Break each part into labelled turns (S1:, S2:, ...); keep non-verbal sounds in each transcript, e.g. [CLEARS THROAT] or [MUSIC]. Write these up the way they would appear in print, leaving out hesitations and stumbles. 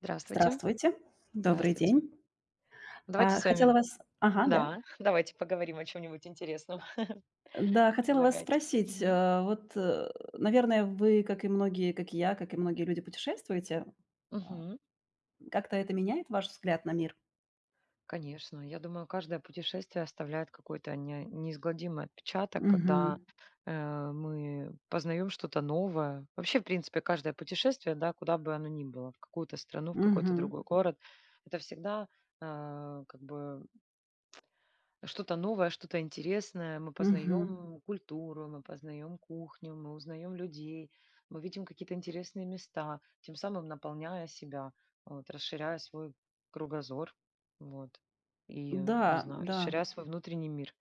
S1: Здравствуйте,
S2: Здравствуйте, добрый
S1: здравствуйте.
S2: день.
S1: Давайте с
S2: Хотела
S1: вами,
S2: вас Ага, да.
S1: да, [LAUGHS] давайте поговорим о чем-нибудь интересном. [LAUGHS]
S2: Да, хотела вас
S1: Предлагайте.
S2: спросить,
S1: Мгм.
S2: вот, наверное, вы, как и многие, как и я, как и многие люди, путешествуете. А,
S1: Мгм.
S2: Как-то это меняет ваш взгляд на мир?
S1: Конечно, я думаю, каждое путешествие оставляет какой-то неизгладимый отпечаток, когда
S2: Мгм.
S1: э, мы познаем что-то новое. Вообще, в принципе, каждое путешествие, да, куда бы оно ни было, в какую-то страну, в какой-то
S2: Мгм.
S1: другой город, это всегда э, как бы что-то новое, что-то интересное. Мы
S2: Мгм.
S1: познаем культуру, мы познаем кухню, мы узнаем людей, мы видим какие-то интересные места, тем самым наполняя себя, вот, расширяя свой кругозор, вот, и не
S2: Да,
S1: знаю,
S2: да.
S1: расширяя свой внутренний мир.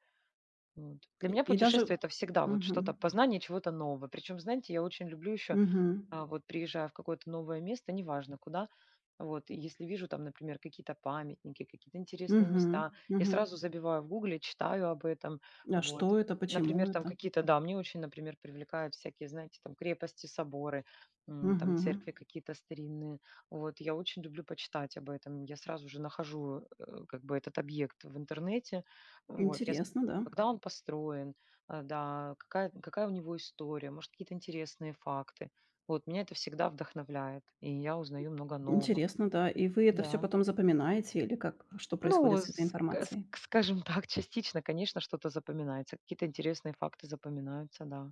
S1: Вот. Для меня
S2: И даже
S1: путешествие это всегда вот что-то,
S2: Мгм.
S1: познание чего-то нового. Причем, знаете, я очень люблю еще
S2: Мгм.
S1: вот приезжая в какое-то новое место, неважно куда, вот, и если вижу там, например, какие-то памятники, какие-то интересные
S2: Мгм.
S1: места, я
S2: Мгм.
S1: сразу забиваю в гугле, читаю об этом,
S2: А
S1: вот.
S2: что это? Почему
S1: Например, там
S2: это?
S1: какие-то, да, мне очень, например, привлекают всякие, знаете, там крепости, соборы, там
S2: Мгм.
S1: церкви какие-то старинные. Вот, я очень люблю почитать об этом. Я сразу же нахожу этот объект в интернете. Вот,
S2: Интересно, да.
S1: когда он построен, да, какая у него история, может, какие-то интересные факты. Вот меня это всегда вдохновляет, и я узнаю много нового.
S2: Интересно, да. И вы это все
S1: Да.
S2: потом запоминаете или как? Что
S1: Ну,
S2: происходит с этой
S1: ск ск
S2: информацией?
S1: скажем так, частично, конечно, что-то запоминается, какие-то интересные факты запоминаются, да.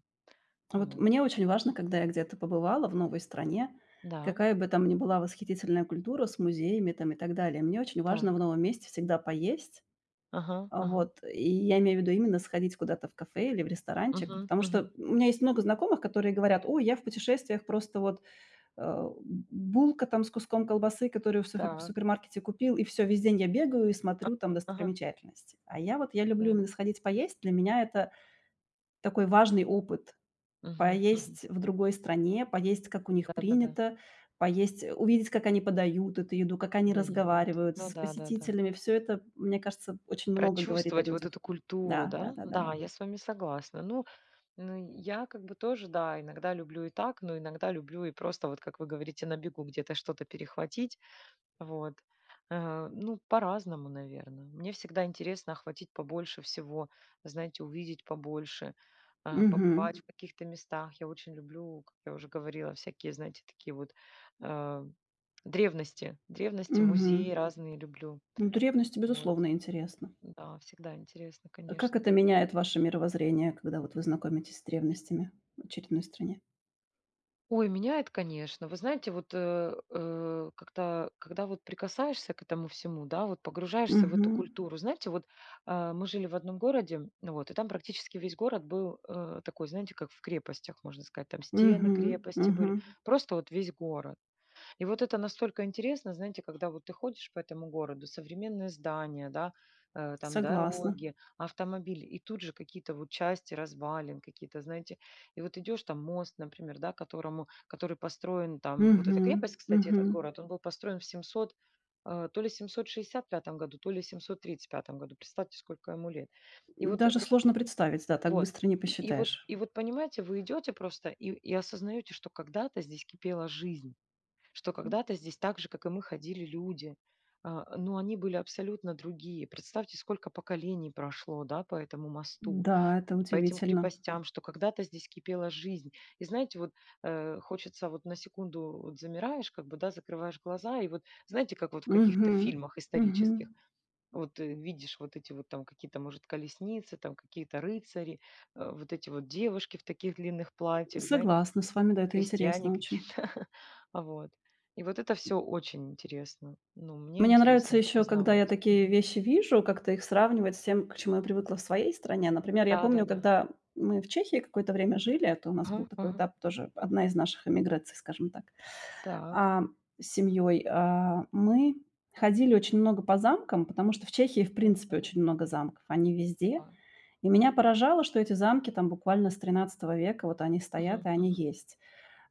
S2: Вот
S1: Вот.
S2: мне очень важно, когда я где-то побывала в новой стране,
S1: Да,
S2: какая бы там ни была восхитительная культура с музеями там и так далее, мне очень важно
S1: так.
S2: в новом месте всегда поесть.
S1: Ага, ага.
S2: Вот. И я имею в виду именно сходить куда-то в кафе или в ресторанчик,
S1: Мгм,
S2: потому что
S1: мгм.
S2: у меня есть много знакомых, которые говорят: "Ой, я в путешествиях просто вот Э, булка там с куском колбасы, которую в
S1: Так.
S2: супермаркете купил, и все. Весь день я бегаю и смотрю там
S1: Ага, ага.
S2: достопримечательности. А я люблю
S1: Так.
S2: именно сходить поесть. Для меня это такой важный опыт:
S1: Мгм, мгм.
S2: поесть в другой стране, поесть, как у них
S1: Да-да-да.
S2: принято, поесть, увидеть, как они подают эту еду, как они
S1: Дают.
S2: разговаривают
S1: Ну
S2: с
S1: да-да-да.
S2: посетителями. Все это, мне кажется, очень много говорит о
S1: Прочувствовать вот эту
S2: людях.
S1: культуру,
S2: Да,
S1: да?
S2: да-да-да-да.
S1: Да, я с вами согласна. Ну, ну, я как бы тоже, да, иногда люблю и так, но иногда люблю и просто, вот как вы говорите, на бегу где-то что-то перехватить. Вот. Ну, по-разному, наверное. Мне всегда интересно охватить побольше всего, знаете, увидеть побольше, побывать
S2: Угу,
S1: в каких-то местах. Я очень люблю, как я уже говорила, всякие, знаете, такие вот э, древности, музеи
S2: угу.
S1: разные люблю.
S2: Ну, древности,
S1: Вот.
S2: безусловно, интересно.
S1: Да, всегда интересно,
S2: Как
S1: конечно.
S2: это меняет ваше мировоззрение, когда вот вы знакомитесь с древностями в очередной стране?
S1: Ой, меняет, конечно. Вы знаете, вот как-то, когда вот прикасаешься к этому всему, да, вот погружаешься в
S2: Мгм.
S1: эту культуру. Знаете, вот мы жили в одном городе, ну вот, и там практически весь город был такой, знаете, как в крепостях, можно сказать, там стены
S2: Мгм.
S1: крепости
S2: Мгм.
S1: были, просто вот весь город. И вот это настолько интересно, знаете, когда вот ты ходишь по этому городу, современные здания, да, там
S2: Согласна.
S1: дороги, автомобили, и тут же какие-то вот части развалин, какие-то, знаете, и вот идешь там мост, например, да, который построен там, вот эта
S2: Мгм.
S1: крепость, кстати,
S2: Мгм.
S1: этот город, он был построен в 700, то ли 765 году, то ли 735 году, представьте, сколько ему лет. И вот, э,
S2: Даже
S1: вот,
S2: сложно представить, да, так
S1: вот,
S2: быстро не посчитаешь.
S1: и вот, понимаете, вы идете просто и осознаете, что когда-то здесь кипела жизнь, что когда-то здесь так же, как и мы, ходили люди, но они были абсолютно другие. Представьте, сколько поколений прошло, да, по этому мосту,
S2: Да, это
S1: и по этим
S2: удивительно.
S1: крепостям, что когда-то здесь кипела жизнь. И знаете, вот хочется вот на секунду вот замираешь, как бы, да, закрываешь глаза, и вот знаете, как вот в каких-то
S2: Мгм.
S1: фильмах
S2: Мгм.
S1: исторических, вот видишь вот эти вот там какие-то, может, колесницы, там какие-то рыцари, вот эти вот девушки в таких длинных платьях, знаете,
S2: Согласна с вами, да, это
S1: крестьяне
S2: интересно очень.
S1: какие-то. [LAUGHS] Вот. И вот это все очень интересно. Ну, мне
S2: Мне
S1: интересно
S2: нравится
S1: это
S2: еще, когда я
S1: познавать.
S2: такие
S1: Мгм.
S2: вещи вижу, как-то их сравнивать с тем, к чему я привыкла в своей стране. Например, я помню,
S1: Да-да-да.
S2: когда мы в Чехии какое-то время жили, это у нас
S1: Ага,
S2: был такой
S1: ага.
S2: этап тоже, одна из наших эмиграций, скажем так,
S1: Так.
S2: а, с семьей. Мы ходили очень много по замкам, потому что в Чехии, в
S1: Мгм,
S2: принципе,
S1: мгм.
S2: очень много замков, они везде.
S1: Да.
S2: И меня поражало, что эти замки там буквально с XIII века, вот они стоят
S1: Мгм,
S2: и они
S1: мгм,
S2: есть.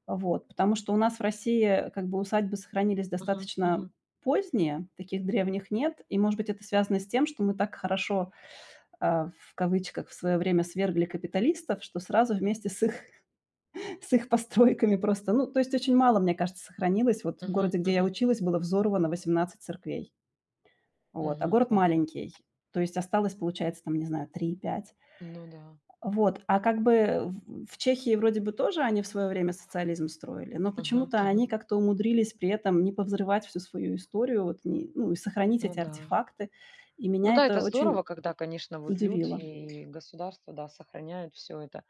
S2: Вот, потому что у нас в России как бы усадьбы сохранились
S1: мгм,
S2: достаточно
S1: мгм,
S2: поздние, таких древних нет. И, может быть, это связано с тем, что мы так хорошо, в кавычках, в свое время свергли капиталистов, что сразу вместе с их [LAUGHS] с их постройками просто, ну, то есть очень мало, мне кажется, сохранилось. Вот в
S1: мгм,
S2: городе, где я
S1: мгм,
S2: училась, было взорвано 18 церквей. Вот, а
S1: мгм.
S2: город
S1: Ого.
S2: маленький. То есть осталось, получается, там, не знаю, 3-5.
S1: Ну да.
S2: Вот, а как бы в Чехии вроде бы тоже они в свое время социализм строили, но
S1: Мгм,
S2: почему-то
S1: мгм.
S2: они как-то умудрились при этом не повзрывать всю свою историю, вот не, ну, и сохранить
S1: Ну
S2: эти
S1: да.
S2: артефакты. И
S1: Ну
S2: меня
S1: да, это
S2: это
S1: здорово,
S2: очень
S1: когда, конечно, вот люди
S2: удивило.
S1: и государство, да, сохраняют все это.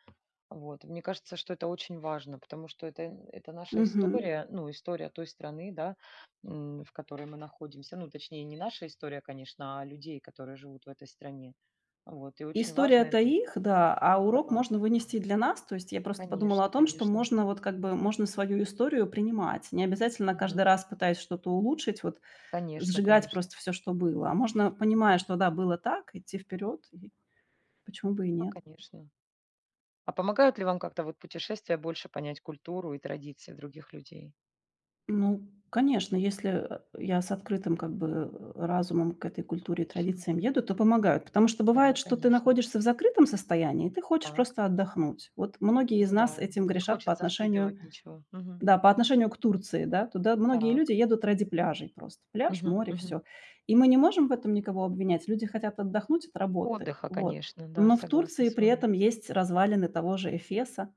S1: Вот. Мне кажется, что это очень важно, потому что это наша
S2: Мгм.
S1: история, ну, история той страны, да, в которой мы находимся. Ну, точнее, не наша история, конечно, а людей, которые живут в этой стране. Вот. И очень важно
S2: История-то
S1: это.
S2: их, да, а урок
S1: Да,
S2: можно вынести и для нас. То есть я просто подумала о
S1: конечно,
S2: том, что
S1: конечно.
S2: можно вот как бы можно свою историю принимать. Не обязательно каждый
S1: Мгм.
S2: раз, пытаясь что-то улучшить, вот
S1: Конечно,
S2: сжигать
S1: конечно.
S2: просто все, что было. А можно,
S1: Мгм.
S2: понимая, что да, было так, идти вперед, и почему бы и
S1: Ну,
S2: нет.
S1: конечно. А помогают ли вам как-то вот путешествия больше понять культуру и традиции других людей?
S2: Ну, конечно, если, я с открытым как бы, разумом к этой культуре и традициям
S1: [LAUGHS]
S2: еду, то помогают. Потому что бывает,
S1: Да,
S2: что ты
S1: конечно.
S2: находишься в закрытом состоянии, и ты хочешь
S1: Так.
S2: просто отдохнуть. Вот многие из
S1: Ну
S2: нас
S1: да,
S2: этим
S1: не
S2: грешат по
S1: хочется
S2: отношению,
S1: впитывать ничего. Мгм.
S2: да, по отношению к Турции, да. Туда многие
S1: Так.
S2: люди едут ради пляжей просто. Пляж,
S1: Мгм,
S2: море,
S1: мгм.
S2: все. И мы не можем в этом никого обвинять. Люди хотят отдохнуть от работы,
S1: Отдыха,
S2: вот.
S1: конечно, да,
S2: Но в
S1: согласна
S2: Турции
S1: с
S2: при
S1: вами.
S2: этом есть развалины того же Эфеса.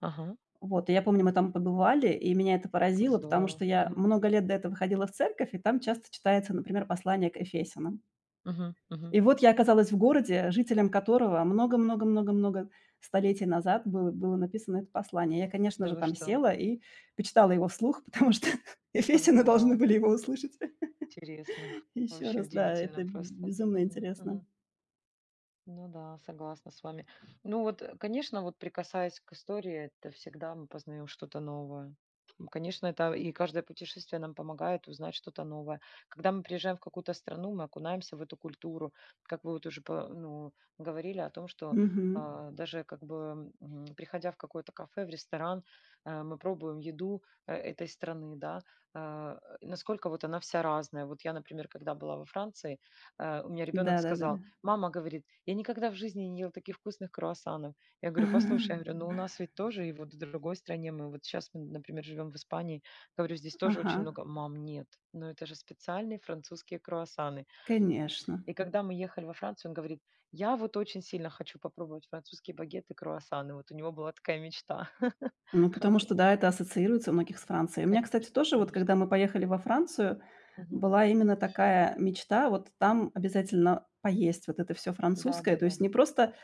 S1: Ага,
S2: Вот, и я помню, мы там побывали, и меня это
S1: как
S2: поразило, потому
S1: здорово.
S2: что я
S1: Мгм.
S2: много лет до этого ходила в церковь, и там часто читается, например, послание к Эфесянам.
S1: Мгм. Мгм.
S2: И вот я оказалась в городе, жителям которого много-много-много-много столетий назад было написано это послание. Я, конечно
S1: Да
S2: же,
S1: вы
S2: там
S1: что?
S2: села и почитала его вслух, потому что [LAUGHS]
S1: Как
S2: Эфесины должны
S1: здорово.
S2: были его услышать.
S1: Интересно. [LAUGHS]
S2: [LAUGHS] Еще
S1: Вообще
S2: раз, да, это
S1: удивительно просто.
S2: безумно
S1: Мгм.
S2: интересно.
S1: Мгм. Ну да, согласна с вами. Ну вот, конечно, вот прикасаясь к истории, это всегда мы познаем что-то новое. Конечно, это и каждое путешествие нам помогает узнать что-то новое. Когда мы приезжаем в какую-то страну, мы окунаемся в эту культуру. Как вы вот уже ну, говорили о том, что
S2: Мгм.
S1: даже как бы приходя в какое-то кафе, в ресторан, мы пробуем еду этой страны, да, насколько вот она вся разная. Вот я, например, когда была во Франции, у меня ребенок
S2: Да-да-да-да.
S1: сказал, мама говорит: "Я никогда в жизни не ела таких вкусных круассанов". Я говорю: "Послушай, я говорю,
S2: [LAUGHS]
S1: ну у нас ведь тоже, и вот в другой стране, мы вот сейчас, мы, например, живем в Испании, говорю, здесь тоже очень
S2: Ага,
S1: много". Мам, нет, но это же специальные французские круассаны.
S2: конечно.
S1: И когда мы ехали во Францию, он говорит: "Я вот очень сильно хочу попробовать французские багеты, круассаны". Вот у него была такая мечта. [LAUGHS]
S2: Ну, потому что, да, это ассоциируется у многих с Францией. У
S1: кон
S2: меня, кстати, тоже вот, когда
S1: Конечно.
S2: мы поехали во Францию,
S1: Мгм.
S2: была именно такая мечта: вот там обязательно поесть вот это всё французское. То
S1: Да-да-да.
S2: есть не просто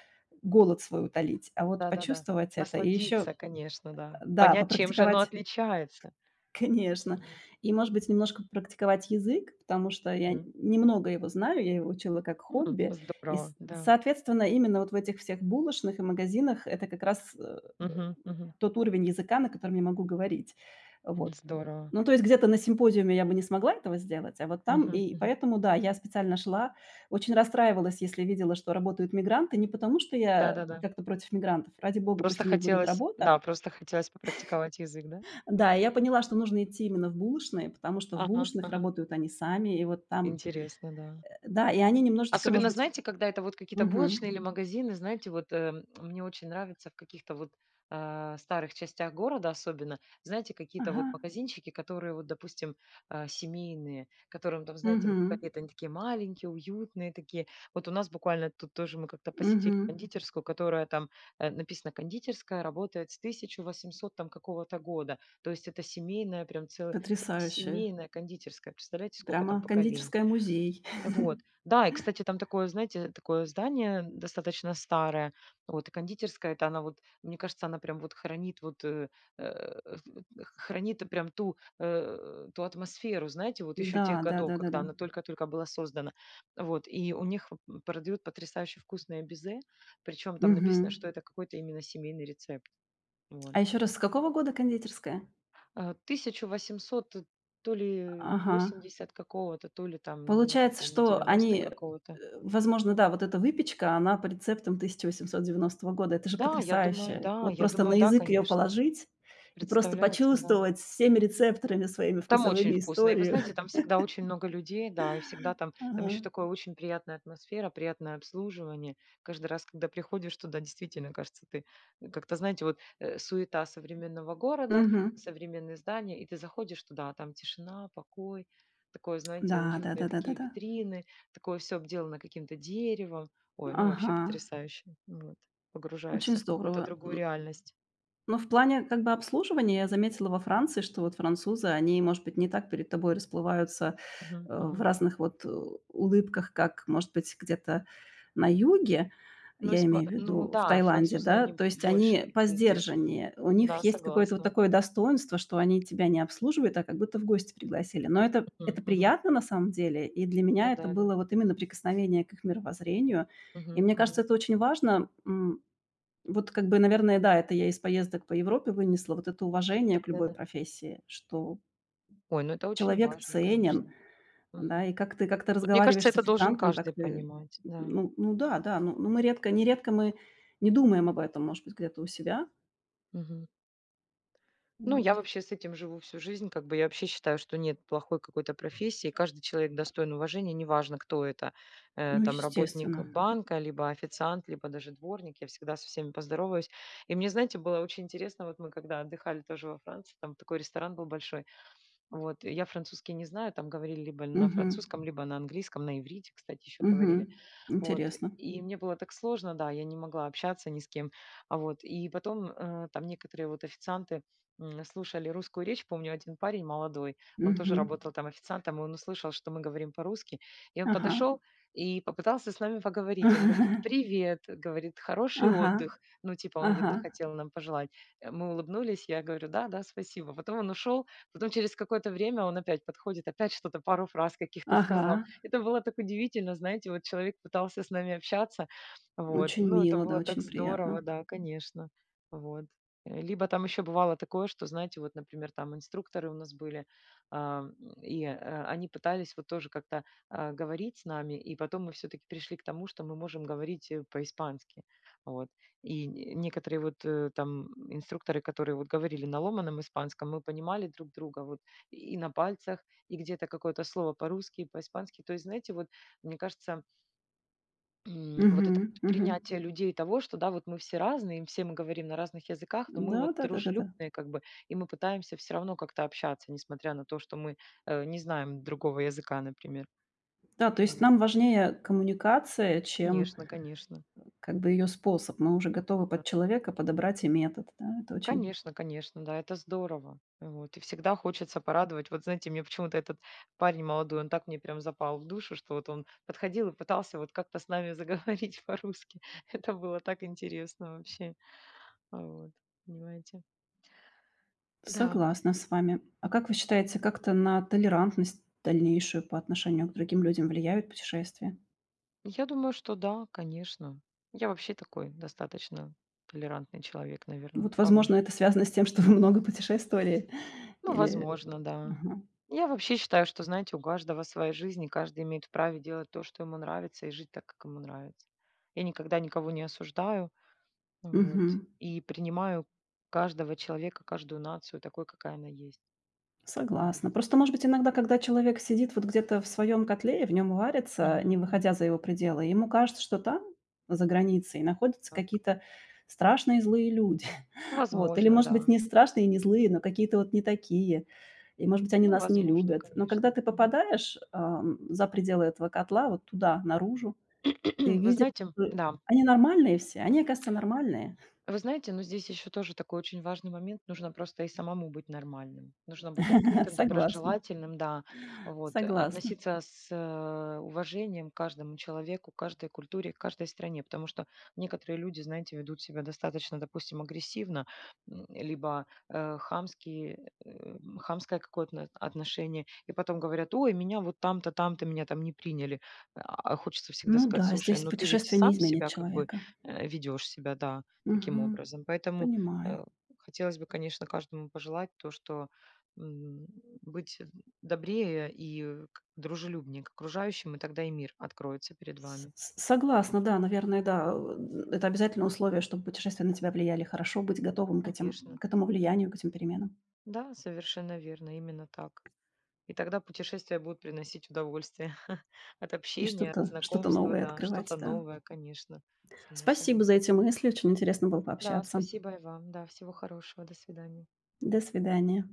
S2: голод свой утолить, а вот
S1: Да-да-да.
S2: почувствовать это и еще,
S1: Насладиться, конечно, да.
S2: да,
S1: Понять, чем же оно
S2: попрактиковать.
S1: отличается.
S2: Конечно.
S1: Мгм.
S2: И, может быть, немножко практиковать язык, потому что я
S1: Мгм.
S2: немного его знаю, я его учила как
S1: М,
S2: хобби. И,
S1: Здорово, да.
S2: соответственно, именно вот в этих всех булочных и магазинах это как раз,
S1: Мгм, мгм.
S2: тот уровень языка, на котором я могу говорить. Вот.
S1: Здорово.
S2: Ну, то есть где-то на симпозиуме я бы не смогла этого сделать, а вот там,
S1: Мгм,
S2: и
S1: мгм.
S2: поэтому, да, я специально шла, очень расстраивалась, если видела, что работают мигранты, не потому что я
S1: Да-да-да.
S2: как-то против мигрантов, ради бога,
S1: Просто
S2: пусть у них будет
S1: хотелось
S2: работа,
S1: да, просто хотелось попрактиковать язык, да?
S2: да, и я поняла, что нужно идти именно в булочные, потому что в
S1: Ага,
S2: булочных
S1: ага.
S2: работают они сами, и вот там,
S1: Интересно, да.
S2: да, и они немножечко, может
S1: Особенно,
S2: быть.
S1: знаете, когда это вот какие-то
S2: Мгм.
S1: булочные или магазины, знаете, вот мне очень нравится в каких-то вот старых частях города особенно, знаете, какие-то
S2: Ага.
S1: вот магазинчики, которые вот, допустим, семейные, которым там, знаете,
S2: Мгм.
S1: какие-то они такие маленькие, уютные такие. Вот у нас буквально тут тоже мы как-то
S2: Мгм.
S1: посетили кондитерскую, которая там написано кондитерская, работает с 1800 там какого-то года. То есть это семейная, прям целая
S2: Потрясающе.
S1: семейная кондитерская. Представляете, сколько там
S2: Прямо
S1: поколений.
S2: кондитерская музей. [LAUGHS]
S1: Вот. Да, и, кстати, там такое, знаете, такое здание достаточно старое. Вот, и кондитерская, это она вот, мне кажется, она прям вот хранит вот, э, [LAUGHS] хранит прям ту, ту атмосферу, знаете, вот еще
S2: Да,
S1: тех годов, когда
S2: да-да-да-да.
S1: она только-только была создана. Вот, и у них продают потрясающе вкусное безе, причем там
S2: Мгм.
S1: написано, что это какой-то именно семейный рецепт. Вот.
S2: А еще раз, с какого года кондитерская?
S1: 1800 то ли
S2: Ага.
S1: 80 какого-то, то ли там, не
S2: Получается,
S1: помню,
S2: что
S1: 90
S2: они,
S1: какого-то.
S2: возможно, да, вот эта выпечка, она по рецептам 1890 года. Это же
S1: Да, я думаю,
S2: потрясающе.
S1: да,
S2: Вот
S1: я
S2: просто на
S1: думаю, да,
S2: язык ее
S1: конечно.
S2: положить и просто
S1: Представляете, да.
S2: почувствовать всеми рецепторами своими
S1: Там очень
S2: вкусовыми
S1: вкусно. И вы
S2: историю.
S1: знаете,
S2: [LAUGHS]
S1: там всегда очень много людей, да, и всегда там, там еще
S2: Ага.
S1: такая очень приятная атмосфера, приятное обслуживание. Каждый раз, когда приходишь туда, действительно, кажется, ты как-то, знаете, вот суета современного города,
S2: Мгм.
S1: современные здания, и ты заходишь туда, а там тишина, покой, такое, знаете,
S2: Да,
S1: уютные такие
S2: да-да-да-да-да.
S1: витрины, такое все обделано каким-то деревом. Ой, ну
S2: Ага.
S1: вообще потрясающе. Вот.
S2: Очень
S1: Погружаешься в какую-то
S2: здорово.
S1: другую реальность.
S2: Ну, в плане как бы обслуживания я заметила во Франции, что вот французы, они, может быть, не так перед тобой расплываются,
S1: Мгм,
S2: в
S1: мгм.
S2: разных вот, улыбках, как, может быть, где-то на юге,
S1: Ну,
S2: я
S1: испа
S2: имею в
S1: ну
S2: виду в
S1: да,
S2: Таиланде,
S1: французы,
S2: да.
S1: они
S2: То есть
S1: больше
S2: они
S1: такие сдержанные.
S2: посдержаннее. У них
S1: Да,
S2: есть какое-то вот
S1: согласна.
S2: такое достоинство, что они тебя не обслуживают, а как будто в гости пригласили. Но это
S1: Мгм,
S2: это
S1: мгм.
S2: приятно на самом деле, и для
S1: Ну
S2: меня это
S1: да, да.
S2: было вот именно прикосновение к их мировоззрению. И
S1: Мгм,
S2: мне кажется,
S1: мгм.
S2: это очень важно, вот как бы, наверное, да, это я из поездок по Европе вынесла, вот это уважение к любой
S1: Да-да-да.
S2: профессии, что
S1: Ой, ну это очень
S2: человек
S1: важно,
S2: ценен,
S1: конечно.
S2: да,
S1: Мгм.
S2: и как ты
S1: Ну, мне
S2: разговариваешь
S1: кажется,
S2: с
S1: это должен
S2: официантом, так
S1: каждый
S2: ты
S1: понимать, да.
S2: ну да, да, ну мы редко нередко мы не думаем об этом, может быть, где-то у себя.
S1: Мгм. Ну, я
S2: Вот.
S1: вообще с этим живу всю жизнь. Как бы я вообще считаю, что нет плохой какой-то профессии. Каждый человек достоин уважения, неважно, кто это.
S2: Ну,
S1: Там работник
S2: естественно.
S1: банка, либо официант, либо даже дворник. Я всегда со всеми поздороваюсь. И мне, знаете, было очень интересно, вот мы когда отдыхали тоже во Франции, там такой ресторан был большой. Вот, я французский не знаю, там говорили либо на
S2: Мгм.
S1: французском, либо на английском, на иврите, кстати, еще говорили.
S2: Мгм.
S1: Вот.
S2: Интересно.
S1: И мне было так сложно, да, я не могла общаться ни с кем. А вот. И потом там некоторые вот официанты слушали русскую речь. Помню, один парень молодой, он тоже мгм
S2: Мгм.
S1: работал там официантом, и он услышал, что мы говорим по-русски. И он
S2: Ага.
S1: подошел и попытался с нами поговорить. Он говорит,
S2: [LAUGHS]
S1: привет, говорит, хороший
S2: Ага.
S1: отдых. Ну, типа, он,
S2: Ага.
S1: видно, хотел нам пожелать. Мы улыбнулись, я говорю, да, да, спасибо. Потом он ушел, потом через какое-то время он опять подходит, опять что-то, пару фраз каких-то
S2: Ага.
S1: сказал. Это было так удивительно, знаете, вот человек пытался с нами общаться, вот.
S2: Очень
S1: Ну, это
S2: мило, да,
S1: было так
S2: очень приятно.
S1: здорово, да, конечно, вот. Либо там еще бывало такое, что, знаете, вот, например, там инструкторы у нас были, а, м, и они пытались вот тоже как-то говорить с нами, и потом мы все-таки пришли к тому, что мы можем говорить по-испански, вот. И некоторые вот там инструкторы, которые вот говорили на ломаном испанском, мы понимали друг друга вот и на пальцах, и где-то какое-то слово по-русски, по-испански. То есть, знаете, вот мне кажется, вот это
S2: Мгм. Мгм.
S1: принятие людей того, что да, вот мы все разные, все мы говорим на разных языках, но мы вот дружелюбные
S2: Да-да-да-да-да.
S1: как бы, и мы пытаемся все равно как-то общаться, несмотря на то, что мы не знаем другого языка, например.
S2: Да, то есть
S1: Вот.
S2: нам важнее коммуникация, чем
S1: Конечно, конечно.
S2: как бы ее способ. Мы уже готовы под человека подобрать и метод, да, это очень.
S1: Конечно, конечно, да, это здорово. Вот. И всегда хочется порадовать. Вот знаете, мне почему-то этот парень молодой, он так мне прям запал в душу, что вот он подходил и пытался вот как-то с нами заговорить [LAUGHS] по-русски. Это было так интересно вообще. Вот, понимаете? Да,
S2: Согласна с вами. А как вы считаете, как-то на толерантность дальнейшую по отношению к другим людям влияют путешествия?
S1: я думаю, что да, конечно. Я вообще такой достаточно толерантный человек, наверное.
S2: Вот,
S1: А вы?
S2: возможно, это связано с тем, что вы много путешествовали
S1: Ну,
S2: или
S1: возможно, да.
S2: Ага.
S1: Я вообще считаю, что, знаете, у каждого своя жизнь, и каждый имеет вправе делать то, что ему нравится, и жить так, как ему нравится. Я никогда никого не осуждаю, вот,
S2: Мгм.
S1: и принимаю каждого человека, каждую нацию такой, какая она есть. Вот.
S2: Согласна. Просто, может быть, иногда, когда человек сидит вот где-то в своем котле и в нем варится, не
S1: Мгм,
S2: выходя
S1: мгм.
S2: за его пределы, ему кажется, что там, за границей, находятся
S1: Так.
S2: какие-то страшные злые люди. [LAUGHS] Вот. Или,
S1: Возможно,
S2: может быть,
S1: да.
S2: не страшные и не злые, но какие-то вот не такие. И, может быть, они
S1: Ну,
S2: нас не
S1: возможно,
S2: любят. Но когда
S1: конечно.
S2: ты
S1: Мгм.
S2: попадаешь, за пределы этого котла, вот туда, наружу, ты
S1: [CLEARS THROAT] Вы
S2: видишь,
S1: знаете,
S2: что
S1: да,
S2: они нормальные все, они, оказывается, нормальные.
S1: вы знаете, но здесь еще тоже такой очень важный момент. Нужно просто и самому быть нормальным. Нужно быть
S2: [LAUGHS]
S1: открытым,
S2: Согласна,
S1: доброжелательным, да. Вот.
S2: согласна.
S1: Относиться с уважением к каждому человеку, к каждой культуре, к каждой стране. Потому что некоторые люди, знаете, ведут себя достаточно, допустим, агрессивно, либо хамски, хамское какое-то отношение. И потом говорят, ой, меня вот там-то, там-то, меня там не приняли. А хочется всегда
S2: Ну
S1: сказать,
S2: да,
S1: слушай,
S2: здесь
S1: ну ты ведь
S2: путешествие не
S1: сам
S2: изменит
S1: себя как бы
S2: человека.
S1: ведешь себя, да, таким
S2: Мгм.
S1: образом. Поэтому
S2: Понимаю.
S1: э, хотелось бы, конечно, каждому пожелать то, что м, быть добрее и дружелюбнее к окружающим, и тогда и мир откроется перед вами.
S2: С согласна, да, наверное, да. Это обязательное условие, чтобы путешествия на тебя влияли хорошо, быть готовым к этим,
S1: Конечно.
S2: к этому влиянию, к этим переменам
S1: Да, совершенно верно, именно так. И тогда путешествия будут приносить удовольствие [LAUGHS] от
S2: и
S1: общения, от
S2: что-то
S1: знакомства,
S2: новое
S1: да,
S2: открывать,
S1: что-то
S2: да.
S1: новое, конечно, само
S2: Спасибо
S1: собой.
S2: за эти мысли, очень интересно было
S1: Да,
S2: пообщаться.
S1: спасибо и вам. Да, всего хорошего. До свидания.
S2: До свидания.